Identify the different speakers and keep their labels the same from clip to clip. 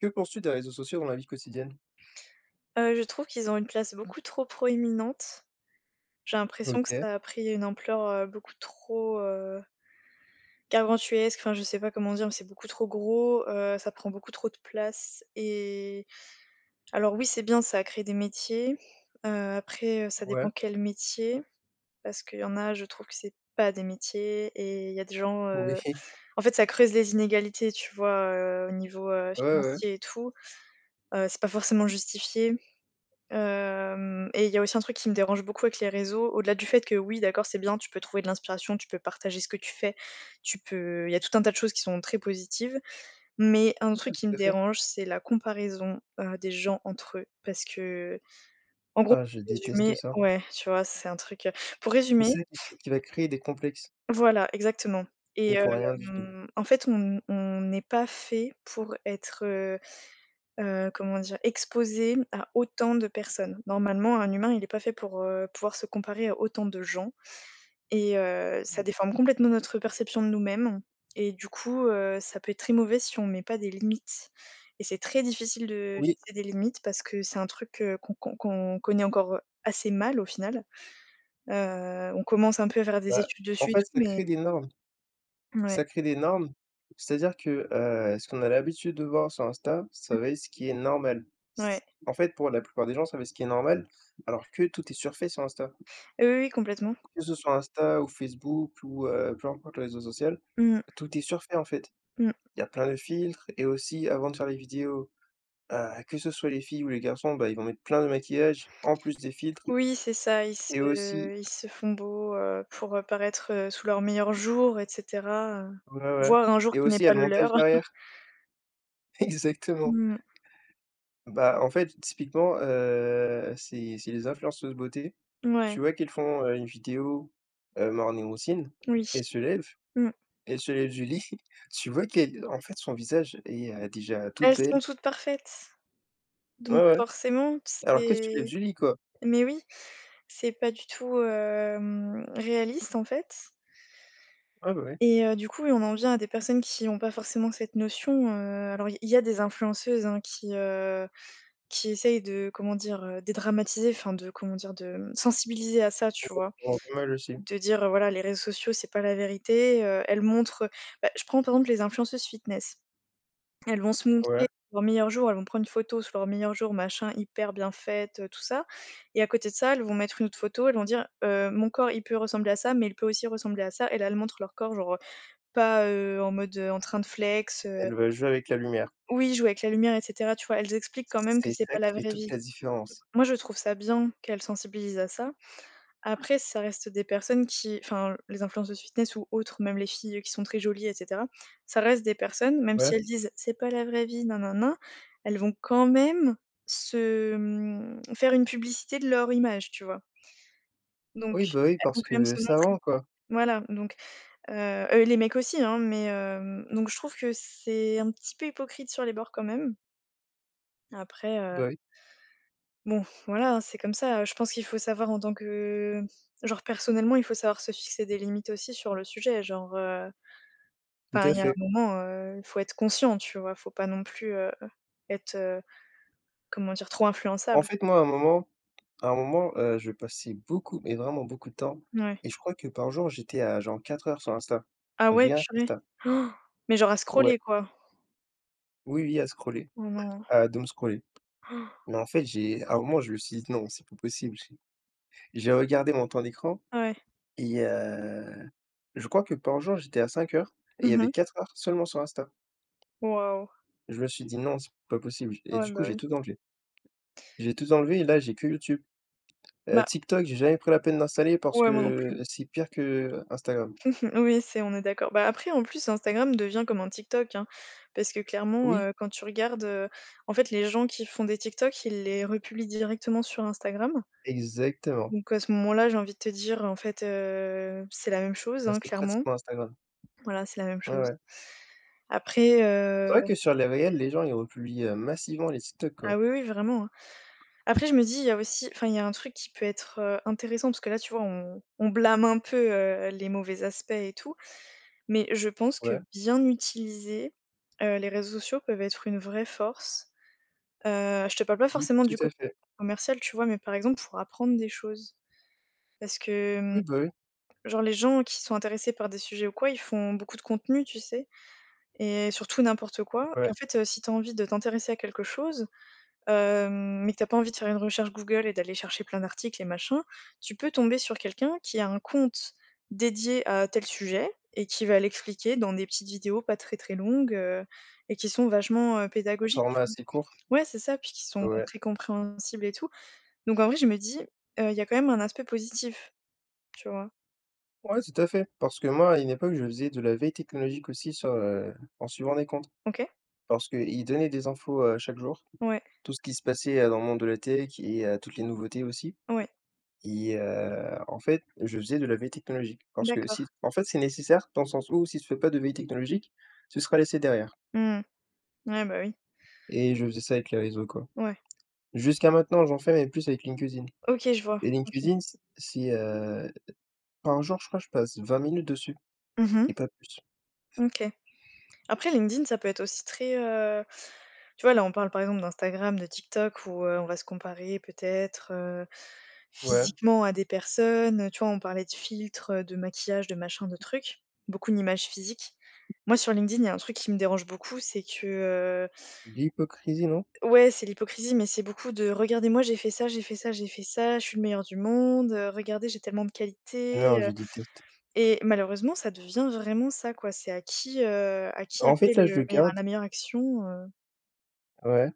Speaker 1: Que penses-tu des réseaux sociaux dans la vie quotidienne?
Speaker 2: Je trouve qu'ils ont une place beaucoup trop proéminente. J'ai l'impression que
Speaker 1: OK,
Speaker 2: ça a pris une ampleur, beaucoup trop, gargantuesque, enfin je sais pas comment dire, mais c'est beaucoup trop gros, ça prend beaucoup trop de place et alors oui, c'est bien, ça a créé des métiers, heu, après, ça
Speaker 1: ouais,
Speaker 2: dépend quel métier parce qu'il y en a, je trouve que c'est pas des métiers et il y a des gens,
Speaker 1: oui,
Speaker 2: en fait, ça creuse les inégalités, tu vois, au niveau,
Speaker 1: ouais, ouais, ouais,
Speaker 2: financier et tout, c'est pas forcément justifié. Hem Et il y a aussi un truc qui me dérange beaucoup avec les réseaux, au-delà du fait que oui, d'accord, c'est bien, tu peux trouver de l'inspiration, tu peux partager ce que tu fais, tu peux il y a tout un tas de choses qui sont très positives. Mais un truc qui me
Speaker 1: tout à fait.
Speaker 2: dérange, c'est la comparaison, des gens entre eux parce que, en gros,
Speaker 1: Ah, je
Speaker 2: pour
Speaker 1: déteste
Speaker 2: résumer
Speaker 1: ça.
Speaker 2: ouais, tu vois, c'est un truc, pour résumer
Speaker 1: C'est ça qui va créer des complexes,
Speaker 2: voilà, exactement et
Speaker 1: mais pour rien du tout.
Speaker 2: en fait, on n'est pas fait pour être, comment dire? Exposé à autant de personnes. Normalement, un humain, il n'est pas fait pour, pouvoir se comparer à autant de gens et ça déforme complètement notre perception de nous-mêmes et du coup, ça peut être très mauvais si on met pas des limites et c'est très difficile de
Speaker 1: Oui,
Speaker 2: fixer des limites parce que c'est un truc, qu'on connaît encore assez mal au final. On commence un peu à faire des
Speaker 1: bah,
Speaker 2: études
Speaker 1: en
Speaker 2: dessus et
Speaker 1: fait,
Speaker 2: tout
Speaker 1: ça
Speaker 2: mais
Speaker 1: crée des normes,
Speaker 2: ouais,
Speaker 1: ça crée des normes, c'est-à-dire que, ce qu'on a l'habitude de voir sur Insta, ça va être ce qui est normal.
Speaker 2: ouais.
Speaker 1: C En fait, pour la plupart des gens, ça va être ce qui est normal, alors que tout est surfait sur Insta.
Speaker 2: Oui, oui, oui, complètement.
Speaker 1: Que ce soit Insta ou Facebook ou, peu importe le réseau social,
Speaker 2: Mmh mh.
Speaker 1: tout est surfait, en fait.
Speaker 2: Mmh.
Speaker 1: Il y a plein de filtres et aussi avant de faire les vidéos. Que ce soit les filles ou les garçons, bah, ils vont mettre plein de maquillage, en plus des filtres
Speaker 2: Oui, c'est ça, ils
Speaker 1: et aussi
Speaker 2: se ils se font beaux, pour, paraître, sous leur meilleur jour et cetera,
Speaker 1: ouais, ouais
Speaker 2: voir un jour
Speaker 1: et
Speaker 2: qui n'est
Speaker 1: aussi il y a
Speaker 2: pas
Speaker 1: le
Speaker 2: le
Speaker 1: montage
Speaker 2: leur.
Speaker 1: derrière. Exactement.
Speaker 2: Mmh,
Speaker 1: Bah, en fait, typiquement, c'est les influenceuses beauté.
Speaker 2: ouais,
Speaker 1: Tu vois qu'elles font, une vidéo, morning routine.
Speaker 2: oui,
Speaker 1: Elles se lèvent,
Speaker 2: mmh.
Speaker 1: elles se lèvent du lit. Tu vois qu'elle en fait, son visage est, déjà toute
Speaker 2: Elles sont
Speaker 1: belle.
Speaker 2: toutes parfaites,
Speaker 1: Ouais,
Speaker 2: donc
Speaker 1: ouais,
Speaker 2: forcément,
Speaker 1: alors qu'elle se lève
Speaker 2: c'est
Speaker 1: du lit, quoi.
Speaker 2: mais oui, c'est pas du tout, réaliste, en fait
Speaker 1: Ouais, bah, ouais.
Speaker 2: et du coup, oui, on en vient à des personnes qui n'ont pas forcément cette notion, alors il y a des influenceuses, hein, qui essayent de, comment dire, dédramatiser, enfin de, comment dire, de, mmh, sensibiliser à ça, tu vois?
Speaker 1: Oh, pas mal aussi.
Speaker 2: De dire, voilà, les réseaux sociaux, c'est pas la vérité, elles montrent, bah, je prends par exemple les influenceuses fitness. Elles vont se montrer
Speaker 1: Ouais.
Speaker 2: leur meilleur jour elles vont prendre une photo sur leur meilleur jour machin, hyper bien faite, tout ça et à côté de ça, elles vont mettre une autre photo, elles vont dire: «Mon corps, il peut ressembler à ça, mais il peut aussi ressembler à ça» et là, elles montrent leur corps, genre, pas, en mode, en train de flex,
Speaker 1: Elle va jouer avec la lumière.
Speaker 2: oui, jouer avec la lumière etc tu vois? Elles expliquent quand même que
Speaker 1: C'est
Speaker 2: c'est pas
Speaker 1: ça
Speaker 2: la
Speaker 1: qui fait
Speaker 2: vraie
Speaker 1: toute
Speaker 2: vie.
Speaker 1: la différence.
Speaker 2: Moi, je trouve ça bien qu'elles sensibilisent à ça. Après, ça reste des personnes qui enfin, les influenceuses fitness ou autres, même les filles, qui sont très jolies et cetera, ça reste des personnes, même
Speaker 1: Ouais.
Speaker 2: si elles disent: «C'est pas la vraie vie, nanana», elles vont quand même se, mmh, faire une publicité de leur image, tu vois? Donc
Speaker 1: Oui, bah, oui,
Speaker 2: elles vont
Speaker 1: parce
Speaker 2: quand même
Speaker 1: que
Speaker 2: se
Speaker 1: ça
Speaker 2: montrer.
Speaker 1: vend, quoi.
Speaker 2: Voilà, donc heu les mecs aussi, hein, mais donc je trouve que c'est un petit peu hypocrite sur les bords quand même. Après,
Speaker 1: Bah, oui,
Speaker 2: bon, voilà, hein, c'est comme ça. Je pense qu'il faut savoir en tant que genre personnellement, il faut savoir se fixer des limites aussi sur le sujet. Genre,
Speaker 1: tout
Speaker 2: enfin,
Speaker 1: à
Speaker 2: il y a un
Speaker 1: fait.
Speaker 2: moment, il faut être conscient, tu vois? Faut pas non plus, être, comment dire? Trop
Speaker 1: En
Speaker 2: influençable.
Speaker 1: fait, moi, à un moment, je passais beaucoup, mais vraiment beaucoup de temps
Speaker 2: Ouais.
Speaker 1: et je crois que par jour, j'étais à genre 4 heures sur Insta.
Speaker 2: Ah ouais,
Speaker 1: Rien
Speaker 2: purée.
Speaker 1: qu'Insta.
Speaker 2: Oh, mais genre à
Speaker 1: Ouais,
Speaker 2: scroller, quoi.
Speaker 1: oui, oui,
Speaker 2: Oh non.
Speaker 1: à doom scroller. Mais en fait, j'ai à un moment, je me suis dit: «Non, c'est pas possible». J'ai regardé mon temps d'écran
Speaker 2: Ouais.
Speaker 1: et je crois que par jour, j'étais à 5 heures et il y avait
Speaker 2: Mmh.
Speaker 1: 4 heures seulement sur Insta.
Speaker 2: Waouh.
Speaker 1: Je me suis dit: «Non, c'est pas possible» et
Speaker 2: Ouais,
Speaker 1: du coup,
Speaker 2: bah,
Speaker 1: j'ai
Speaker 2: oui.
Speaker 1: tout enlevé. J'ai tout enlevé et là, j'ai que YouTube.
Speaker 2: Bah,
Speaker 1: TikTok, j'ai jamais pris la peine d'installer parce
Speaker 2: ouais, moi non plus.
Speaker 1: que c'est pire que Instagram.
Speaker 2: Oui, c'est on est d'accord. Bah, après, en plus, Instagram devient comme un TikTok, hein, parce que clairement,
Speaker 1: Oui,
Speaker 2: quand tu regardes, en fait, les gens qui font des TikTok, ils les republient directement sur Instagram.
Speaker 1: exactement.
Speaker 2: Donc à ce moment-là, j'ai envie de te dire, en fait, c'est la même chose,
Speaker 1: Là,
Speaker 2: hein,
Speaker 1: c'est
Speaker 2: clairement.
Speaker 1: pratiquement Instagram.
Speaker 2: Voilà, c'est la même
Speaker 1: Ouais,
Speaker 2: chose.
Speaker 1: ouais.
Speaker 2: Après,
Speaker 1: C'est vrai que sur les réels, les gens, ils republient, massivement les TikTok, quoi.
Speaker 2: ah oui, oui, vraiment, hein. Après, je me dis, il y a aussi enfin, il y a un truc qui peut être, intéressant, parce que là, tu vois, on blâme un peu, les mauvais aspects et tout. Mais je pense que
Speaker 1: Ouais.
Speaker 2: bien utilisés, les réseaux sociaux peuvent être une vraie force. Je te parle pas
Speaker 1: Oui,
Speaker 2: forcément
Speaker 1: tout
Speaker 2: du
Speaker 1: à
Speaker 2: côté
Speaker 1: fait.
Speaker 2: commercial, tu vois? Mais par exemple pour apprendre des choses. Parce que, mmh,
Speaker 1: Oui, bah, oui.
Speaker 2: genre les gens qui sont intéressés par des sujets ou quoi, ils font beaucoup de contenu, tu sais? Et surtout n'importe quoi. Et
Speaker 1: Ouais.
Speaker 2: en fait, si tu as envie de t'intéresser à quelque chose, mais que t'as pas envie de faire une recherche Google et d'aller chercher plein d'articles et machin, tu peux tomber sur quelqu'un qui a un compte dédié à tel sujet et qui va l'expliquer dans des petites vidéos pas très, très longues, et qui sont vachement,
Speaker 1: Un
Speaker 2: pédagogiques, tu
Speaker 1: format
Speaker 2: vois?
Speaker 1: assez court.
Speaker 2: Ouais, c'est ça, puis qui sont
Speaker 1: Ouais.
Speaker 2: très compréhensibles et tout. Donc en vrai, je me dis, il y a quand même un aspect positif, tu vois?
Speaker 1: Ouais, tout à fait. Parce que moi, à une époque, je faisais de la veille technologique aussi en suivant des comptes.
Speaker 2: OK?
Speaker 1: Parce qu'ils donnaient des infos, chaque jour.
Speaker 2: Ouais,
Speaker 1: Tout ce qui se passait, dans le monde de la tech et toutes les nouveautés aussi.
Speaker 2: ouais,
Speaker 1: Et en fait, je faisais de la veille technologique parce que si
Speaker 2: d'accord.
Speaker 1: en fait, c'est nécessaire dans le sens où si tu fais pas de veille technologique, tu seras laissé derrière
Speaker 2: Mmh. Ouais, bah, oui.
Speaker 1: et je faisais ça avec les réseaux, quoi.
Speaker 2: Ouais.
Speaker 1: Jusqu'à maintenant, j'en fais, mais plus avec LinkedIn
Speaker 2: OK, je vois.
Speaker 1: et
Speaker 2: OK.
Speaker 1: LinkedIn, c'est, par jour, je crois, je passe 20 minutes dessus
Speaker 2: Mmh.
Speaker 1: et pas plus.
Speaker 2: OK. Après LinkedIn, ça peut être aussi très, tu vois, là, on parle, par exemple, d'Instagram, de TikTok où, on va se comparer peut-être,
Speaker 1: Ouais,
Speaker 2: physiquement à des personnes, tu vois, on parlait de filtres, de maquillage, de machin, de trucs. Beaucoup d'images physiques. Moi, sur LinkedIn, il y a un truc qui me dérange beaucoup, c'est que,
Speaker 1: de l'hypocrisie, non?
Speaker 2: ouais, c'est l'hypocrisie, mais c'est beaucoup de: «Regardez, moi, j'ai fait ça, j'ai fait ça, j'ai fait ça, je suis le meilleur du monde, regardez, j'ai tellement de qualités,»
Speaker 1: Non, je déteste.
Speaker 2: et malheureusement, ça devient vraiment ça, quoi. C'est à qui a
Speaker 1: En
Speaker 2: fait
Speaker 1: fait, là, je
Speaker 2: le
Speaker 1: le
Speaker 2: meilleur
Speaker 1: garde
Speaker 2: la meilleure action, heu
Speaker 1: Ouais,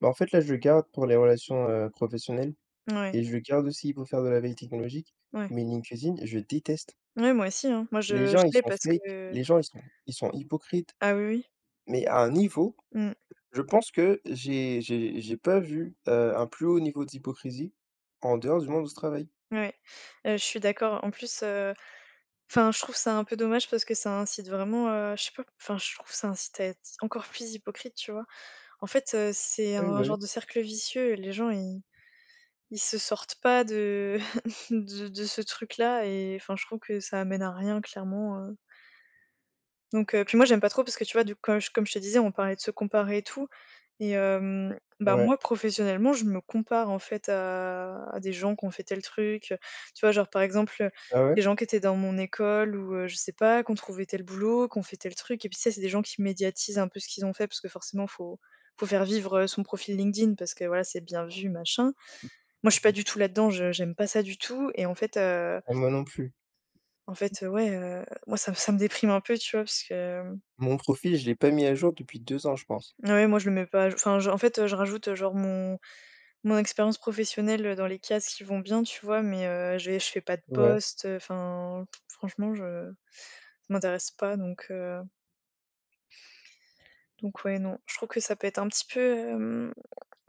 Speaker 1: bah, en fait, là, je le garde pour les relations, professionnelles
Speaker 2: ouais,
Speaker 1: et je le garde aussi pour faire de la veille technologique,
Speaker 2: ouais.
Speaker 1: mais LinkedIn, je déteste.
Speaker 2: Ouais, moi aussi, hein. Moi,
Speaker 1: Les
Speaker 2: je
Speaker 1: gens, ils
Speaker 2: l'ai
Speaker 1: sont
Speaker 2: parce
Speaker 1: fake,
Speaker 2: que
Speaker 1: les gens, ils sont hypocrites,
Speaker 2: ah oui, oui.
Speaker 1: mais à un niveau,
Speaker 2: Mmh.
Speaker 1: je pense que j'ai pas vu, un plus haut niveau d'hypocrisie en dehors du monde du travail.
Speaker 2: Ouais. Je suis d'accord. En plus, enfin, je trouve ça un peu dommage parce que ça incite vraiment, je sais pas, enfin, je trouve ça incite à être encore plus hypocrite, tu vois? En fait, c'est
Speaker 1: Oui,
Speaker 2: un
Speaker 1: bah, oui.
Speaker 2: genre de cercle vicieux et les gens, ils se sortent pas de de ce truc-là et enfin, je trouve que ça amène à rien clairement, Donc puis moi j'aime pas trop parce que tu vois, du comme je te disais, on parlait de se comparer et tout et bah,
Speaker 1: Ouais.
Speaker 2: moi professionnellement, je me compare en fait à des gens qui ont fait tel truc, tu vois? Genre par exemple,
Speaker 1: Ah ouais?
Speaker 2: des gens qui étaient dans mon école ou je sais pas, qui ont trouvé tel boulot, qui ont fait tel truc et puis ça, c'est des gens qui médiatisent un peu ce qu'ils ont fait parce que forcément faut faire vivre, son profil LinkedIn parce que voilà, c'est bien vu, machin. Moi je suis pas
Speaker 1: Oui.
Speaker 2: du tout là-dedans, je j'aime pas ça du tout et
Speaker 1: Ah, moi non plus.
Speaker 2: en fait, ouais, moi ça me déprime un peu, tu vois? Parce que
Speaker 1: Mon profil, je l'ai pas mis à jour depuis 2 ans, je pense.
Speaker 2: ouais, moi je le mets pas enfin, je rajoute, genre mon expérience professionnelle, dans les cases qui vont bien, tu vois? Mais, j'ai je fais pas de
Speaker 1: Ouais.
Speaker 2: poste enfin, franchement, je ça m'intéresse pas donc ouais, non. Je trouve que ça peut être un petit peu,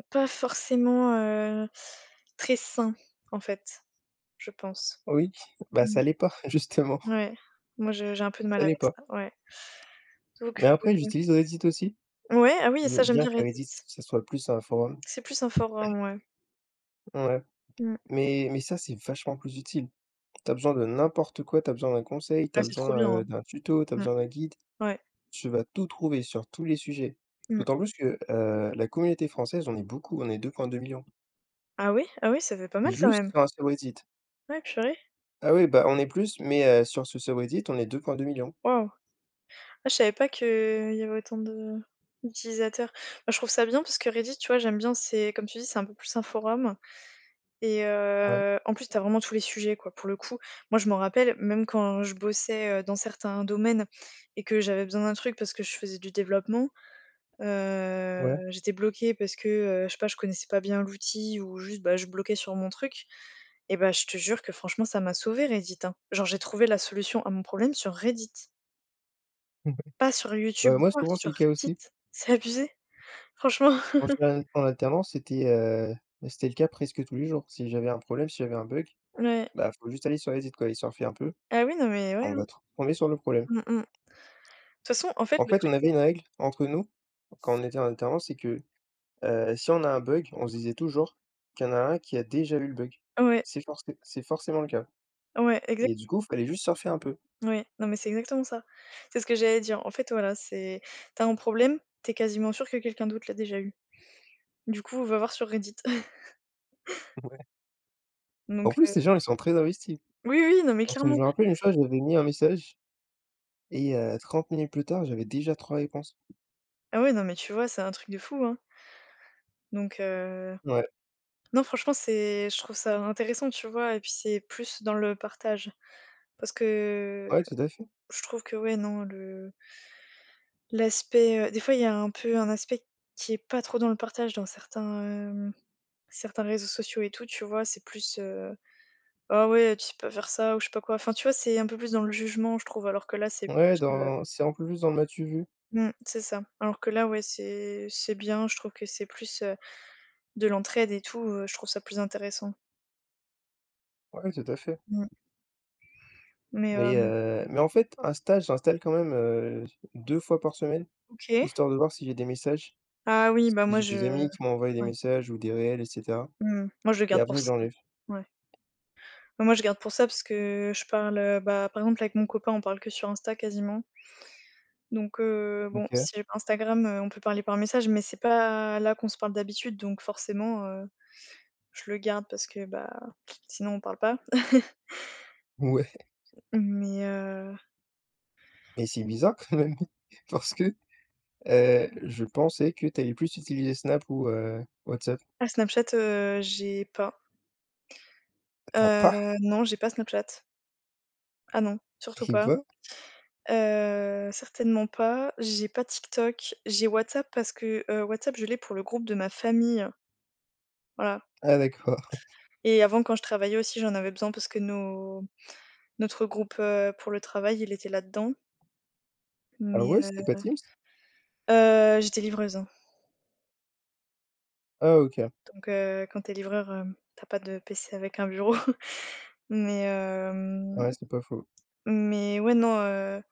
Speaker 2: pas forcément, très sain, en fait, je pense.
Speaker 1: Oui, bah,
Speaker 2: Mmh.
Speaker 1: ça l'est pas, justement,
Speaker 2: Ouais, moi je j'ai un peu de mal
Speaker 1: ça l'est
Speaker 2: avec
Speaker 1: pas.
Speaker 2: ça, ouais. Donc,
Speaker 1: Mais après, j'utilise Reddit aussi,
Speaker 2: ouais, ah oui,
Speaker 1: et
Speaker 2: ça j'aime
Speaker 1: bien
Speaker 2: bien
Speaker 1: que Reddit,
Speaker 2: Reddit.
Speaker 1: ça soit plus un forum.
Speaker 2: C'est plus un forum, ouais.
Speaker 1: Ouais,
Speaker 2: Mmh.
Speaker 1: mais ça, c'est vachement plus utile. T'as besoin de n'importe quoi, t'as besoin d'un conseil,
Speaker 2: Ah,
Speaker 1: t'as
Speaker 2: c'est trop
Speaker 1: besoin,
Speaker 2: bien, hein.
Speaker 1: d'un tuto, t'as
Speaker 2: Mmh,
Speaker 1: besoin d'un guide,
Speaker 2: ouais.
Speaker 1: tu vas tout trouver sur tous les sujets.
Speaker 2: Mmh.
Speaker 1: D'autant plus que, la communauté française, on est beaucoup, on est 2,2 deux millions,
Speaker 2: Ah oui? Ah oui, ça fait pas mal quand
Speaker 1: juste
Speaker 2: même.
Speaker 1: sur un subreddit.
Speaker 2: Ouais, purée.
Speaker 1: Ah oui, bah, on est plus, mais sur ce subreddit, on est 2,2 deux millions.
Speaker 2: Waouh! Ah, je savais pas qu'il y avait autant de d'utilisateurs. Moi, je trouve ça bien parce que Reddit, tu vois, j'aime bien, c'est comme tu dis, c'est un peu plus un forum et
Speaker 1: Ouais,
Speaker 2: en plus, tu as vraiment tous les sujets, quoi, pour le coup. Moi, je m'en rappelle, même quand je bossais, dans certains domaines et que j'avais besoin d'un truc parce que je faisais du développement,
Speaker 1: ouais.
Speaker 2: j'étais bloquée parce que, je sais pas, je connaissais pas bien l'outil ou juste, bah, je bloquais sur mon truc. Et bah, je te jure que franchement ça m'a sauvé Reddit, hein. Genre j'ai trouvé la solution à mon problème sur Reddit, pas sur YouTube
Speaker 1: Bah,
Speaker 2: ou
Speaker 1: moi,
Speaker 2: quoi,
Speaker 1: souvent, c'est
Speaker 2: sur
Speaker 1: le cas
Speaker 2: Reddit.
Speaker 1: aussi.
Speaker 2: C'est abusé. Franchement,
Speaker 1: Quand j'étais al en alternance, c'était le cas presque tous les jours. Si j'avais un problème, si j'avais un bug,
Speaker 2: ouais.
Speaker 1: bah, faut juste aller sur Reddit, quoi, histoire fait un peu,
Speaker 2: Ah oui, non mais ouais,
Speaker 1: on
Speaker 2: hein.
Speaker 1: va tr tomber sur le problème.
Speaker 2: Mmh mh. De toute façon, en fait,
Speaker 1: En
Speaker 2: le
Speaker 1: fait,
Speaker 2: truc
Speaker 1: on avait
Speaker 2: c'est
Speaker 1: une règle entre nous, quand on était en alternance, c'est que, si on a un bug, on se disait toujours qu'il y en a un qui a déjà eu le bug.
Speaker 2: ouais,
Speaker 1: C'est forcément le cas
Speaker 2: ouais, exact
Speaker 1: et du coup, il fallait juste surfer un peu.
Speaker 2: ouais, non mais c'est exactement ça. C'est ce que j'allais dire. En fait, voilà, c'est t'as un problème, t'es quasiment sûr que quelqu'un d'autre l'a déjà eu. Du coup, on va voir sur Reddit.
Speaker 1: Ouais.
Speaker 2: Donc
Speaker 1: En plus, les gens, ils sont très investis.
Speaker 2: oui, oui, non mais
Speaker 1: Parce que je
Speaker 2: clairement.
Speaker 1: me rappelle une chose, j'avais mis un message et 30 minutes plus tard, j'avais déjà trois réponses.
Speaker 2: Ah ouais, non mais tu vois, c'est un truc de fou, hein. Donc
Speaker 1: Ouais,
Speaker 2: non, franchement, c'est je trouve ça intéressant, tu vois? Et puis, c'est plus dans le partage. Parce que
Speaker 1: ouais, tout à fait.
Speaker 2: je trouve que, ouais, non, le l'aspect, des fois, il y a un peu un aspect qui est pas trop dans le partage dans certains, certains réseaux sociaux et tout, tu vois? C'est plus, «Ah ouais, tu sais pas faire ça» ou je sais pas quoi. Enfin, tu vois, c'est un peu plus dans le jugement, je trouve, alors que là, c'est
Speaker 1: Ouais,
Speaker 2: plus,
Speaker 1: dans c'est en plus dans le «m'as-tu vu?»
Speaker 2: mmh, c'est ça. Alors que là, ouais, c'est bien, je trouve que c'est plus, de l'entraide et tout, je trouve ça plus intéressant.
Speaker 1: Ouais, tout à fait.
Speaker 2: Mmh. Mais,
Speaker 1: Mais heu, mais en fait, un stage, j'installe quand même, 2 fois par semaine,
Speaker 2: OK.
Speaker 1: histoire de voir si j'ai des messages.
Speaker 2: Ah oui,
Speaker 1: Si
Speaker 2: bah, moi
Speaker 1: J'ai des
Speaker 2: je
Speaker 1: amis qui m'envoient des
Speaker 2: ouais,
Speaker 1: messages ou des réels et cetera
Speaker 2: mmh, moi je le
Speaker 1: et
Speaker 2: garde pour
Speaker 1: après
Speaker 2: ça,
Speaker 1: j'enlève.
Speaker 2: ouais. Bah, moi je garde pour ça parce que je parle, bah, par exemple avec mon copain, on parle que sur Insta quasiment. Donc bon,
Speaker 1: OK.
Speaker 2: si j'ai pas Instagram, on peut parler par message, mais c'est pas là qu'on se parle d'habitude, donc forcément, je le garde parce que, bah, sinon on parle pas.
Speaker 1: Ouais,
Speaker 2: Mais
Speaker 1: mais c'est bizarre quand même parce que, je pensais que t'allais plus utiliser Snap ou, WhatsApp.
Speaker 2: ah Snapchat, j'ai pas.
Speaker 1: T'as pas?
Speaker 2: Non, j'ai pas Snapchat. Ah non, surtout
Speaker 1: Eh
Speaker 2: pas.
Speaker 1: ben!
Speaker 2: Certainement pas. J'ai pas TikTok, j'ai WhatsApp parce que, WhatsApp, je l'ai pour le groupe de ma famille, voilà,
Speaker 1: Ah d'accord.
Speaker 2: et avant, quand je travaillais aussi, j'en avais besoin parce que nos notre groupe, pour le travail, il était là-dedans.
Speaker 1: Ah
Speaker 2: Mais
Speaker 1: ouais, c'était pas Teams?
Speaker 2: j'étais livreuse, hein,
Speaker 1: Ah OK.
Speaker 2: donc quand t'es livreur, tu pas de PC avec un bureau. Mais
Speaker 1: Ah ouais, c'est pas faux.
Speaker 2: mais ouais, non,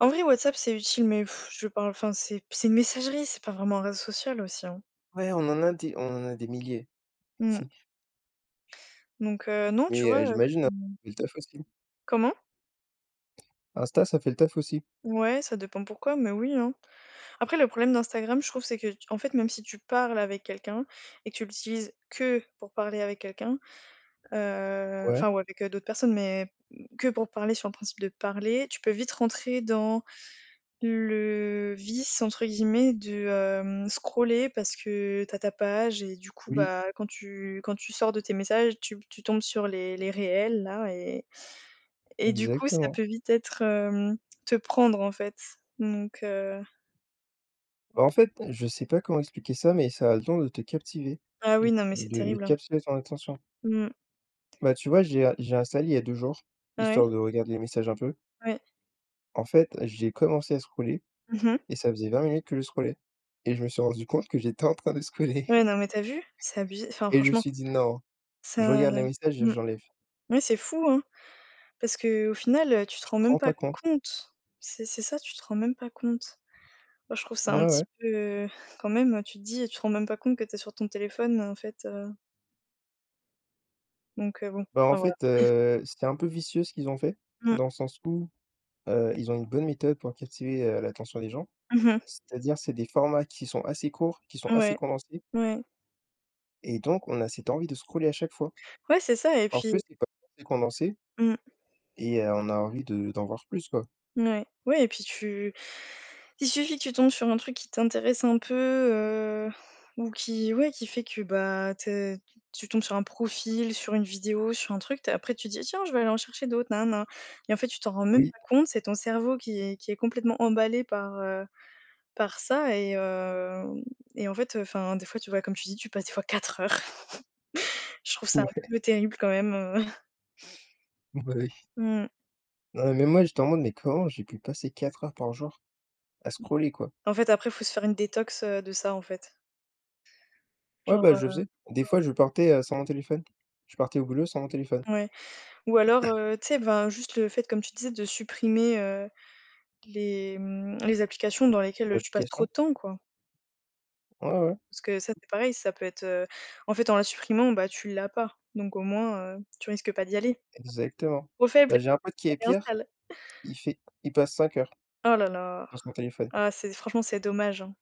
Speaker 2: en vrai, WhatsApp, c'est utile, mais pff, je parle enfin, c'est une messagerie, c'est pas vraiment un réseau social aussi, hein.
Speaker 1: Ouais, on en a des milliers,
Speaker 2: Mmh, donc non, tu
Speaker 1: mais
Speaker 2: vois,
Speaker 1: j'imagine hein, ça fait le taf aussi.
Speaker 2: comment?
Speaker 1: Insta, ça fait le taf aussi.
Speaker 2: Ouais, ça dépend pourquoi, mais oui, hein. Après, le problème d'Instagram, je trouve, c'est que, en fait, même si tu parles avec quelqu'un et que tu l'utilises que pour parler avec quelqu'un,
Speaker 1: Ouais,
Speaker 2: enfin, ou avec d'autres personnes, mais que pour parler sur le principe de parler, tu peux vite rentrer dans le vice, entre guillemets, de scroller parce que t'as ta page et du coup,
Speaker 1: oui,
Speaker 2: bah, quand tu sors de tes messages, tu tombes sur les réels, là, et du coup, ça
Speaker 1: exactement.
Speaker 2: peut vite être te prendre, en fait. Donc,
Speaker 1: Bah, en fait, je sais pas comment expliquer ça, mais ça a le don de te captiver,
Speaker 2: ah
Speaker 1: de
Speaker 2: oui, non, mais c'est
Speaker 1: de
Speaker 2: terrible, hein.
Speaker 1: captiver ton attention.
Speaker 2: Mmh.
Speaker 1: Bah, tu vois, j'ai installé il y a 2 jours,
Speaker 2: Ouais,
Speaker 1: histoire de regarder les messages un peu.
Speaker 2: ouais.
Speaker 1: En fait, j'ai commencé à scroller
Speaker 2: Mmh mh.
Speaker 1: et ça faisait 20 minutes que je scrollais et je me suis rendu compte que j'étais en train de scroller
Speaker 2: Ouais, non, mais tu as vu? C'est abusé. Enfin,
Speaker 1: et je me
Speaker 2: franchement,
Speaker 1: suis dit: «Non, je
Speaker 2: ça
Speaker 1: regarde les messages et
Speaker 2: mmh.
Speaker 1: j'enlève».
Speaker 2: Ouais, c'est fou, hein, parce qu'au final, tu te
Speaker 1: Je te
Speaker 2: rends même
Speaker 1: rends
Speaker 2: pas
Speaker 1: pas compte.
Speaker 2: compte. C'est ça, tu te rends même pas compte. Moi, je trouve ça un
Speaker 1: Ouais, ouais.
Speaker 2: petit peu quand même, tu te dis, tu te rends même pas compte que tu es sur ton téléphone, en fait, donc bon,
Speaker 1: Bah, en
Speaker 2: enfin voilà.
Speaker 1: fait, c'était un peu vicieux ce qu'ils ont fait,
Speaker 2: Mmh.
Speaker 1: dans le sens où, ils ont une bonne méthode pour captiver, l'attention des gens.
Speaker 2: Mmh mh.
Speaker 1: C'est-à-dire, c'est des formats qui sont assez courts, qui sont assez
Speaker 2: Ouais,
Speaker 1: condensés
Speaker 2: ouais.
Speaker 1: et donc on a cette envie de scroller à chaque fois.
Speaker 2: Ouais, c'est ça et
Speaker 1: Parce
Speaker 2: puis
Speaker 1: que c'est pas assez condensé.
Speaker 2: mmh.
Speaker 1: Et on a envie de d'en voir plus, quoi.
Speaker 2: Ouais, ouais et puis tu il suffit que tu tombes sur un truc qui t'intéresse un peu, ou qui ouais, qui fait que, bah, tu tombes sur un profil, sur une vidéo, sur un truc, t'as après tu dis: «Tiens, je vais aller en chercher d'autres, nan nan et en fait, tu t'en rends même
Speaker 1: Oui,
Speaker 2: pas compte, c'est ton cerveau qui est complètement emballé par, par ça et hem et en fait, enfin, des fois, tu vois, comme tu dis, tu passes des fois 4 heures. Je trouve ça un
Speaker 1: ouais.
Speaker 2: peu terrible quand même,
Speaker 1: Bah, oui.
Speaker 2: mmh.
Speaker 1: Non, mais moi, j'étais en mode: «Mais comment j'ai pu passer 4 heures par jour à scroller, quoi?»
Speaker 2: En fait, après, il faut se faire une détox, de ça, en fait.
Speaker 1: Ouais, bah, je le
Speaker 2: Genre,
Speaker 1: faisais. Des fois, je partais, sans mon téléphone. Je partais au boulot sans mon téléphone,
Speaker 2: ouais. Ou alors, tu sais, ben, juste le fait, comme tu disais, de supprimer, les, mmh, les applications dans lesquelles, tu passes trop
Speaker 1: l'application.
Speaker 2: de temps, quoi.
Speaker 1: Ouais, ouais,
Speaker 2: Parce que ça, c'est pareil, ça peut être, en fait, en la supprimant, bah, tu l'as pas, donc au moins, tu risques pas d'y aller.
Speaker 1: exactement.
Speaker 2: Trop faible,
Speaker 1: Bah, j'ai un pote qui est
Speaker 2: elle
Speaker 1: pire,
Speaker 2: réinstalle.
Speaker 1: il passe 5 heures
Speaker 2: Oh là là.
Speaker 1: sur son téléphone.
Speaker 2: Ah, c'est franchement, c'est dommage, hein.